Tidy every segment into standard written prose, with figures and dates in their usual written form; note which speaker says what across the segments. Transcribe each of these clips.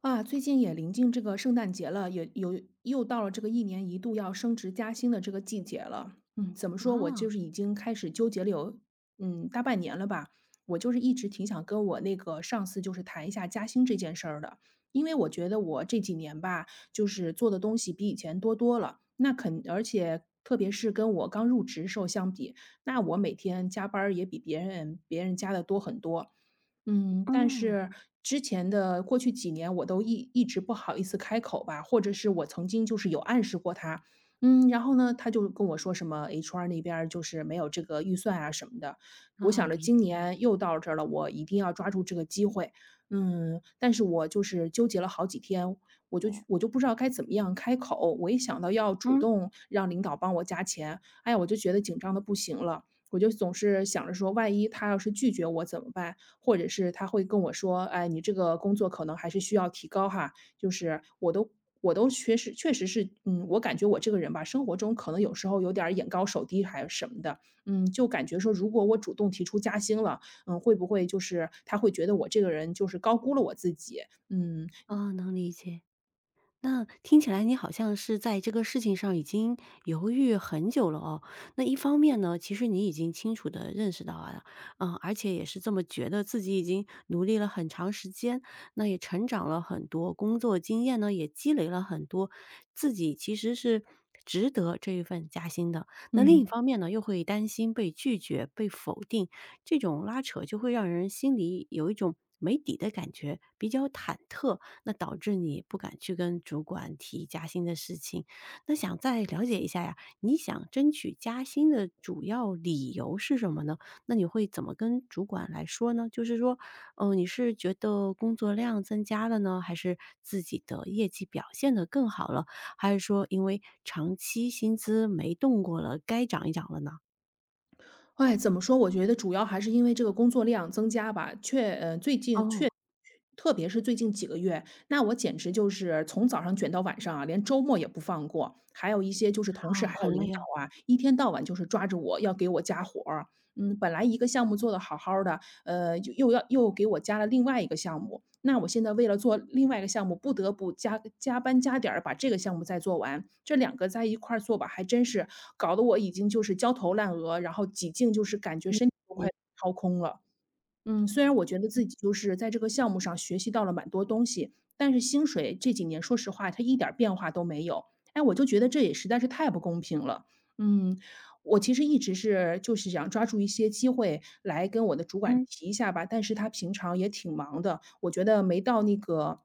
Speaker 1: 最近也临近这个圣诞节了，也有又到了这个一年一度要升职加薪的这个季节了。嗯，怎么说，我
Speaker 2: 哦。
Speaker 1: 就是已经开始纠结了有大半年了吧。我就是一直挺想跟我那个上司就是谈一下加薪这件事儿的，因为我觉得我这几年吧，就是做的东西比以前多多了。那肯，而且特别是跟我刚入职时候相比，那我每天加班儿也比别人加的多很多。但
Speaker 2: 嗯。
Speaker 1: 是之前的过去几年，我都一直不好意思开口吧，或者是我曾经就是有暗示过他。然后呢，他就跟我说什么 HR 那边儿就是没有这个预算啊什么的。我想着
Speaker 2: 理
Speaker 1: 今
Speaker 2: 解理
Speaker 1: 年
Speaker 2: 解。
Speaker 1: 又到这儿了，我一定要抓住这个机会。但是我就是纠结了好几天，我就不知道该怎么样开口。我一想到要主
Speaker 2: 嗯。
Speaker 1: 动让领导帮我加钱，哎呀，我就觉得紧张的不行了。我就总是想着说，万一他要是拒绝我怎么办？或者是他会跟我说："哎，你这个工作可能还是需要提高哈。"就是我都确实是，我感觉我这个人吧，生活中可能有时候有点儿眼高手低还是什么的。就感觉说如果我主动提出加薪了，会不会就是他会觉得我这个人就是高估了我自己。嗯，
Speaker 2: 哦，能理解。那听起来你好像是在这个事情上已经犹豫很久了哦。那一方面呢，其实你已经清楚地认识到啊，嗯，而且也是这么觉得自己已经努力了很长时间，那也成长了很多，工作经验呢也积累了很多，自己其实是值得这一份加薪的。那另一
Speaker 1: 嗯。
Speaker 2: 方面呢，又会担心被拒绝、被否定，这种拉扯就会让人心里有一种没底的感觉，比较忐忑。那导致你不敢去跟主管提加薪的事情。那想再了解一下呀，你想争取加薪的主要理由是什么呢？那你会怎么跟主管来说呢？就是说，你是觉得工作量增加了呢，还是自己的业绩表现得更好了，还是说因为长期薪资没动过了，该涨一涨了呢？
Speaker 1: 哎，怎么说？我觉得主要还是因为这个工作量增加吧，最近
Speaker 2: 哦。
Speaker 1: 确特别是最近几个月，那我简直就是从早上卷到晚上啊，连周末也不放过。还有一些就是同事
Speaker 2: 好，
Speaker 1: 还有
Speaker 2: 很
Speaker 1: 领
Speaker 2: 累哦。
Speaker 1: 导啊，一天到晚就是抓着我要给我加活儿。本来一个项目做得好好的，又要给我加了另外一个项目。那我现在为了做另外一个项目，不得不加班加点儿把这个项目再做完，这两个在一块儿做吧，还真是搞得我已经就是焦头烂额，然后几近就是感觉
Speaker 2: 理
Speaker 1: 身体都快
Speaker 2: 解。
Speaker 1: 掏空了。虽然我觉得自己就是在这个项目上学习到了蛮多东西，但是薪水这几年说实话它一点儿变化都没有。哎，我就觉得这也实在是太不公平了。嗯，我其实一直是就是想抓住一些机会来跟我的主管
Speaker 2: 嗯。
Speaker 1: 提一下吧，但是他平常也挺忙的，我觉得没到那个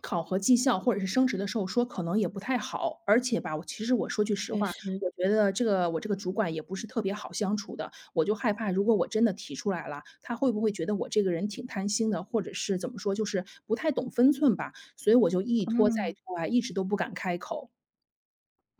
Speaker 1: 考核绩效或者是升职的时候说可能也不太好。而且吧，我其实我说句实
Speaker 2: 确
Speaker 1: 话，
Speaker 2: 实。
Speaker 1: 我觉得这个我这个主管也不是特别好相处的。我就害怕，如果我真的提出来了，他会不会觉得我这个人挺贪心的，或者是怎么说，就是不太懂分寸吧。所以我就一拖
Speaker 2: 嗯。
Speaker 1: 再拖啊，一直都不敢开口。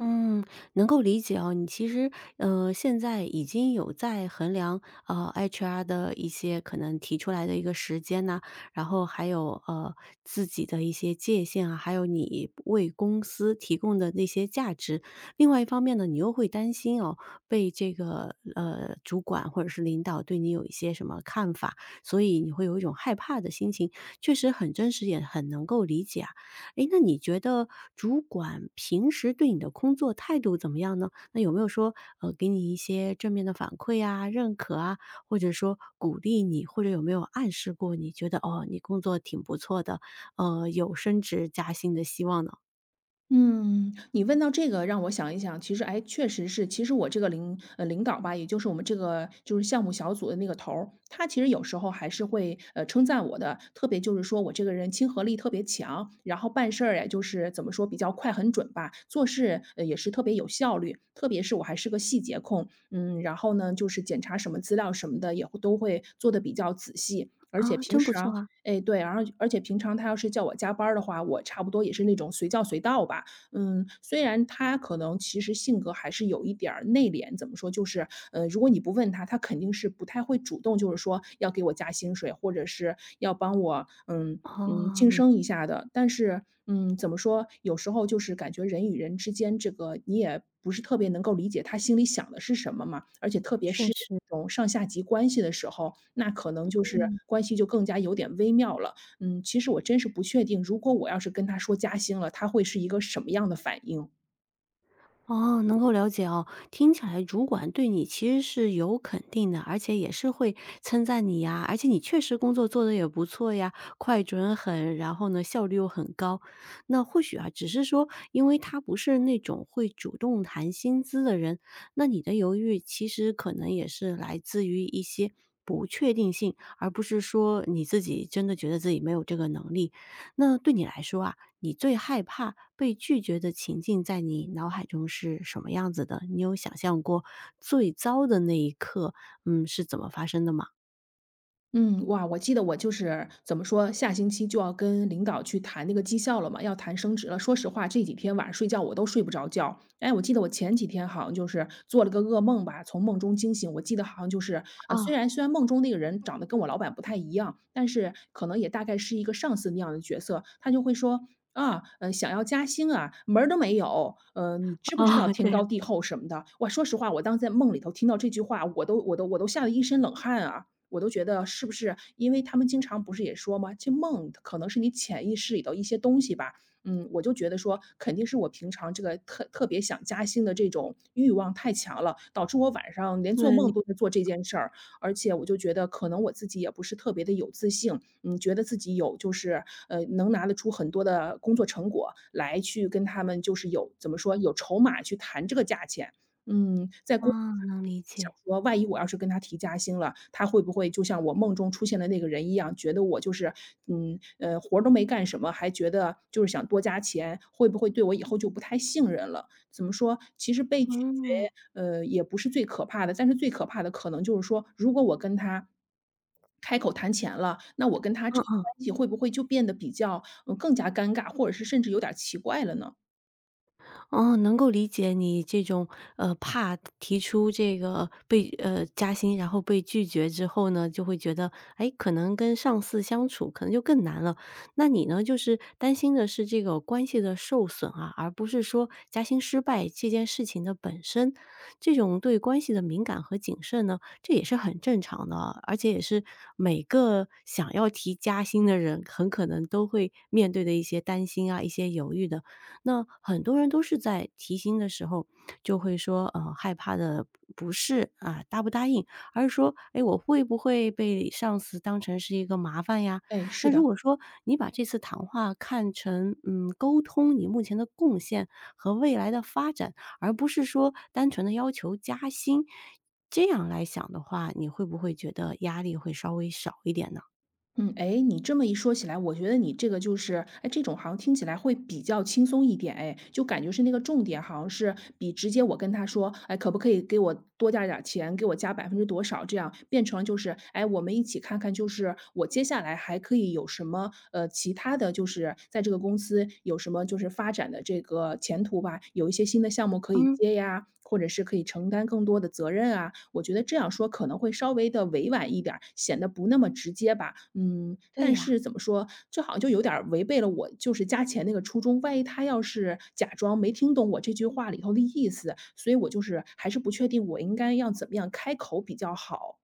Speaker 2: 嗯，能够理解哦。你其实，现在已经有在衡量，HR 的一些可能提出来的一个时间呐，然后还有，自己的一些界限啊，还有你为公司提供的那些价值。另外一方面呢，你又会担心哦，被这个，主管或者是领导对你有一些什么看法，所以你会有一种害怕的心情，确实很真实，也很能够理解啊。诶，那你觉得主管平时对你的工作态度怎么样呢？那有没有说，给你一些正面的反馈啊、认可啊，或者说鼓励你，或者有没有暗示过你觉得哦，你工作挺不错的，有升职加薪的希望呢？
Speaker 1: 嗯，你问到这个让我想一想，其实哎，确实是，其实我这个领导吧，也就是我们这个就是项目小组的那个头儿，他其实有时候还是会称赞我的，特别就是说我这个人亲和力特别强，然后办事儿也就是怎么说比较快很准吧，做事,也是特别有效率，特别是我还是个细节控。嗯，然后呢，就是检查什么资料什么的也会都会做的比较仔细，而且
Speaker 2: 啊，
Speaker 1: 平
Speaker 2: 真不
Speaker 1: 时
Speaker 2: 错
Speaker 1: 啊
Speaker 2: 啊。
Speaker 1: 哎，对。然后而且平常他要是叫我加班儿的话，我差不多也是那种随叫随到吧。虽然他可能其实性格还是有一点儿内敛，怎么说，就是,如果你不问他，他肯定是不太会主动，就是说要给我加薪水，或者是要帮我,
Speaker 2: 哦，
Speaker 1: 晋
Speaker 2: 明。
Speaker 1: 升一下的。但是，怎么说，有时候就是感觉人与人之间，这个你也不是特别能够理解他心里想的是什么嘛，而且特别
Speaker 2: 确
Speaker 1: 是这
Speaker 2: 实。
Speaker 1: 种上下级关系的时候，那可能就是
Speaker 2: 嗯。
Speaker 1: 关系就更加有点微妙了。其实我真是不确定，如果我要是跟他说加薪了，他会是一个什么样的反应。
Speaker 2: 哦，能够了解哦。听起来主管对你其实是有肯定的，而且也是会称赞你呀，而且你确实工作做得也不错呀，快、准、狠，然后呢，效率又很高。那或许啊，只是说，因为他不是那种会主动谈薪资的人，那你的犹豫其实可能也是来自于一些不确定性，而不是说你自己真的觉得自己没有这个能力。那对你来说啊，你最害怕被拒绝的情境在你脑海中是什么样子的？你有想象过最糟的那一刻，嗯，是怎么发生的吗？
Speaker 1: 嗯，哇，我记得我就是怎么说，下星期就要跟领导去谈那个绩效了嘛，要谈升职了。说实话，这几天晚上睡觉我都睡不着觉。哎，我记得我前几天好像就是做了个噩梦吧，从梦中惊醒。我记得好像就是,虽
Speaker 2: 哦。
Speaker 1: 然虽然梦中那个人长得跟我老板不太一样，但是可能也大概是一个上司那样的角色，他就会说。想要加薪啊，门儿都没有。你知不知道
Speaker 2: 哦，这
Speaker 1: 天
Speaker 2: 样。
Speaker 1: 高地厚什么的？哇，说实话，我当时在梦里头听到这句话，我都吓得一身冷汗啊。我都觉得是不是因为他们经常不是也说吗，这梦可能是你潜意识里的一些东西吧。我就觉得说肯定是我平常这个特别想加薪的这种欲望太强了，导致我晚上连做
Speaker 2: 那你
Speaker 1: 梦都在做这件事儿。而且我就觉得可能我自己也不是特别的有自信。嗯，觉得自己有就是,能拿得出很多的工作成果来去跟他们就是有怎么说，有筹码去谈这个价钱。在公作
Speaker 2: 啊，
Speaker 1: 上
Speaker 2: 能理
Speaker 1: 想
Speaker 2: 解。
Speaker 1: 说，万一我要是跟他提加薪了，他会不会就像我梦中出现的那个人一样，觉得我就是,活儿都没干什么，还觉得就是想多加钱，会不会对我以后就不太信任了？怎么说，其实被拒绝，
Speaker 2: 嗯。
Speaker 1: 呃，也不是最可怕的，但是最可怕的可能就是说，如果我跟他开口谈钱了，那我跟他
Speaker 2: 嗯
Speaker 1: 这个
Speaker 2: 嗯。
Speaker 1: 关系会不会就变得比较,更加尴尬，或者是甚至有点儿奇怪了呢？
Speaker 2: 哦，能够理解你这种，怕提出这个被加薪，然后被拒绝之后呢，就会觉得，哎，可能跟上司相处可能就更难了。那你呢，就是担心的是这个关系的受损啊，而不是说加薪失败这件事情的本身。这种对关系的敏感和谨慎呢，这也是很正常的啊，而且也是每个想要提加薪的人很可能都会面对的一些担心啊，一些犹豫的。那很多人都是在提薪的时候就会说，害怕的不是啊答不答应，而是说，哎，我会不会被上司当成是一个麻烦呀？
Speaker 1: 哎，
Speaker 2: 那
Speaker 1: 是
Speaker 2: 如
Speaker 1: 的。
Speaker 2: 果说你把这次谈话看成，嗯，沟通你目前的贡献和未来的发展，而不是说单纯的要求加薪，这样来想的话，你会不会觉得压力会稍微少一点呢？
Speaker 1: 嗯，哎，你这么一说起来，我觉得你这个就是，哎，这种好像听起来会比较轻松一点，哎，就感觉是那个重点好像是比直接我跟他说，哎，可不可以给我多加点儿钱，给我加百分之多少，这样变成就是，哎，我们一起看看，就是我接下来还可以有什么其他的，就是在这个公司有什么就是发展的这个前途。图吧，有一些新的项目可以
Speaker 2: 嗯，
Speaker 1: 接呀，或者是可以承担更多的责任啊。我觉得这样说可能会稍微的委婉一点儿，显得不那么直接吧。嗯，
Speaker 2: 对
Speaker 1: 但
Speaker 2: 呀。
Speaker 1: 是怎么说，这好像就有点儿违背了我就是加钱那个初衷，万一他要是假装没听懂我这句话里头的意思，所以我就是还是不确定我应该要怎么样开口比较好。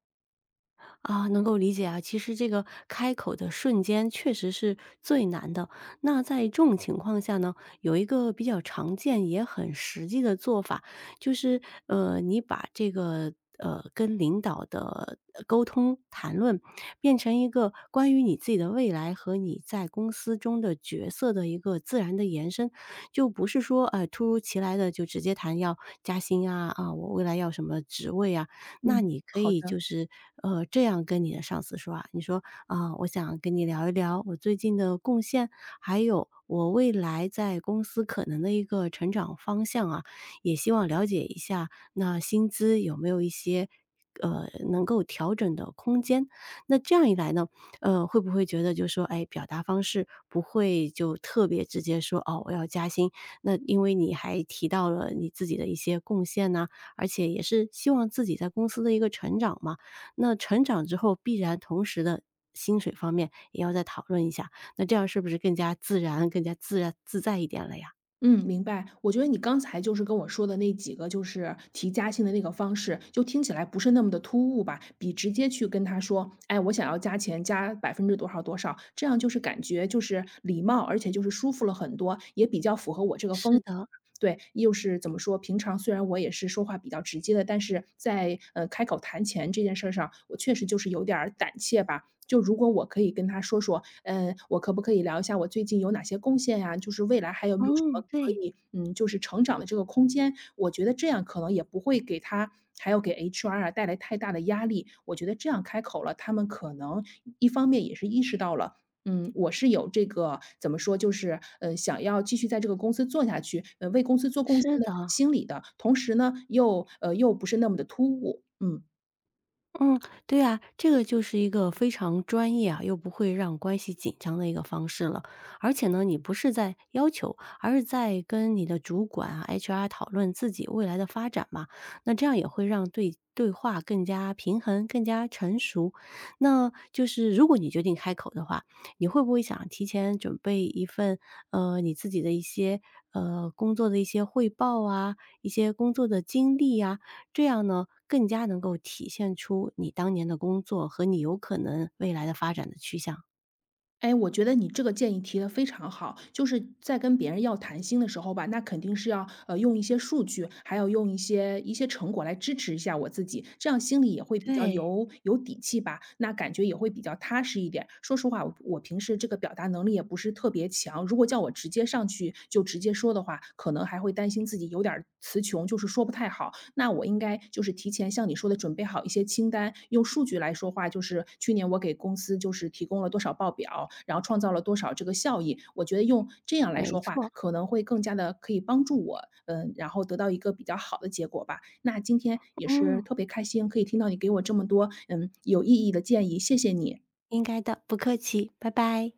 Speaker 2: 啊，能够理解啊。其实这个开口的瞬间确实是最难的。那在这种情况下呢，有一个比较常见也很实际的做法，就是你把这个跟领导的沟通谈论，变成一个关于你自己的未来和你在公司中的角色的一个自然的延伸，就不是说突如其来的就直接谈要加薪啊啊，我未来要什么职位啊，那
Speaker 1: 嗯，
Speaker 2: 你可
Speaker 1: 好
Speaker 2: 以就
Speaker 1: 的。
Speaker 2: 是，这样跟你的上司说啊，你说：“啊，我想跟你聊一聊我最近的贡献，还有我未来在公司可能的一个成长方向啊，也希望了解一下那薪资有没有一些，能够调整的空间。”那这样一来呢，会不会觉得就说，哎，表达方式不会就特别直接说：“哦，我要加薪。”那因为你还提到了你自己的一些贡献呐，而且也是希望自己在公司的一个成长嘛。那成长之后，必然同时的薪水方面也要再讨论一下，那这样是不是更加自然、更加自然自在一点了呀？
Speaker 1: 嗯，明白。我觉得你刚才就是跟我说的那几个，就是提加薪的那个方式，就听起来不是那么的突兀吧？比直接去跟他说，哎，我想要加钱，加百分之多少多少，这样就是感觉就是礼貌，而且就是舒服了很多，也比较符合我这个
Speaker 2: 是
Speaker 1: 风。
Speaker 2: 的。
Speaker 1: 对，又是怎么说，平常虽然我也是说话比较直接的，但是在,开口谈钱这件事儿上，我确实就是有点儿胆怯吧。就如果我可以跟他说说，我可不可以聊一下我最近有哪些贡献呀？就是未来还有没有什么
Speaker 2: 嗯，
Speaker 1: 可
Speaker 2: 对。
Speaker 1: 以,就是成长的这个空间？我觉得这样可能也不会给他，还有给 HR 啊带来太大的压力。我觉得这样开口了，他们可能一方面也是意识到了我是有这个怎么说，就是,想要继续在这个公司做下去,为公司做贡献
Speaker 2: 是
Speaker 1: 的这个
Speaker 2: 的。
Speaker 1: 心理的，同时呢，又不是那么的突兀。嗯。
Speaker 2: 嗯，对啊，这个就是一个非常专业啊，又不会让关系紧张的一个方式了。而且呢，你不是在要求，而是在跟你的主管啊、HR 讨论自己未来的发展嘛。那这样也会让对话更加平衡、更加成熟。那就是如果你决定开口的话，你会不会想提前准备一份你自己的一些工作的一些汇报啊，一些工作的经历啊，这样呢，更加能够体现出你当年的工作和你有可能未来的发展的趋向。
Speaker 1: 哎，我觉得你这个建议提的非常好，就是在跟别人要谈心的时候吧，那肯定是要用一些数据，还要用一些成果来支持一下我自己，这样心里也会比较
Speaker 2: 对。
Speaker 1: 有底气吧，那感觉也会比较踏实一点。说实话，我平时这个表达能力也不是特别强，如果叫我直接上去就直接说的话，可能还会担心自己有点儿词穷，就是说不太好。那我应该就是提前像你说的准备好一些清单，用数据来说话，就是去年我给公司就是提供了多少报表，然后创造了多少这个效益。我觉得用这样来
Speaker 2: 没
Speaker 1: 说话，
Speaker 2: 错。
Speaker 1: 可能会更加的可以帮助我，然后得到一个比较好的结果吧。那今天也是
Speaker 2: 嗯，
Speaker 1: 特别开心，可以听到你给我这么多有意义的建议，谢谢你。
Speaker 2: 应该的，不客气，拜拜。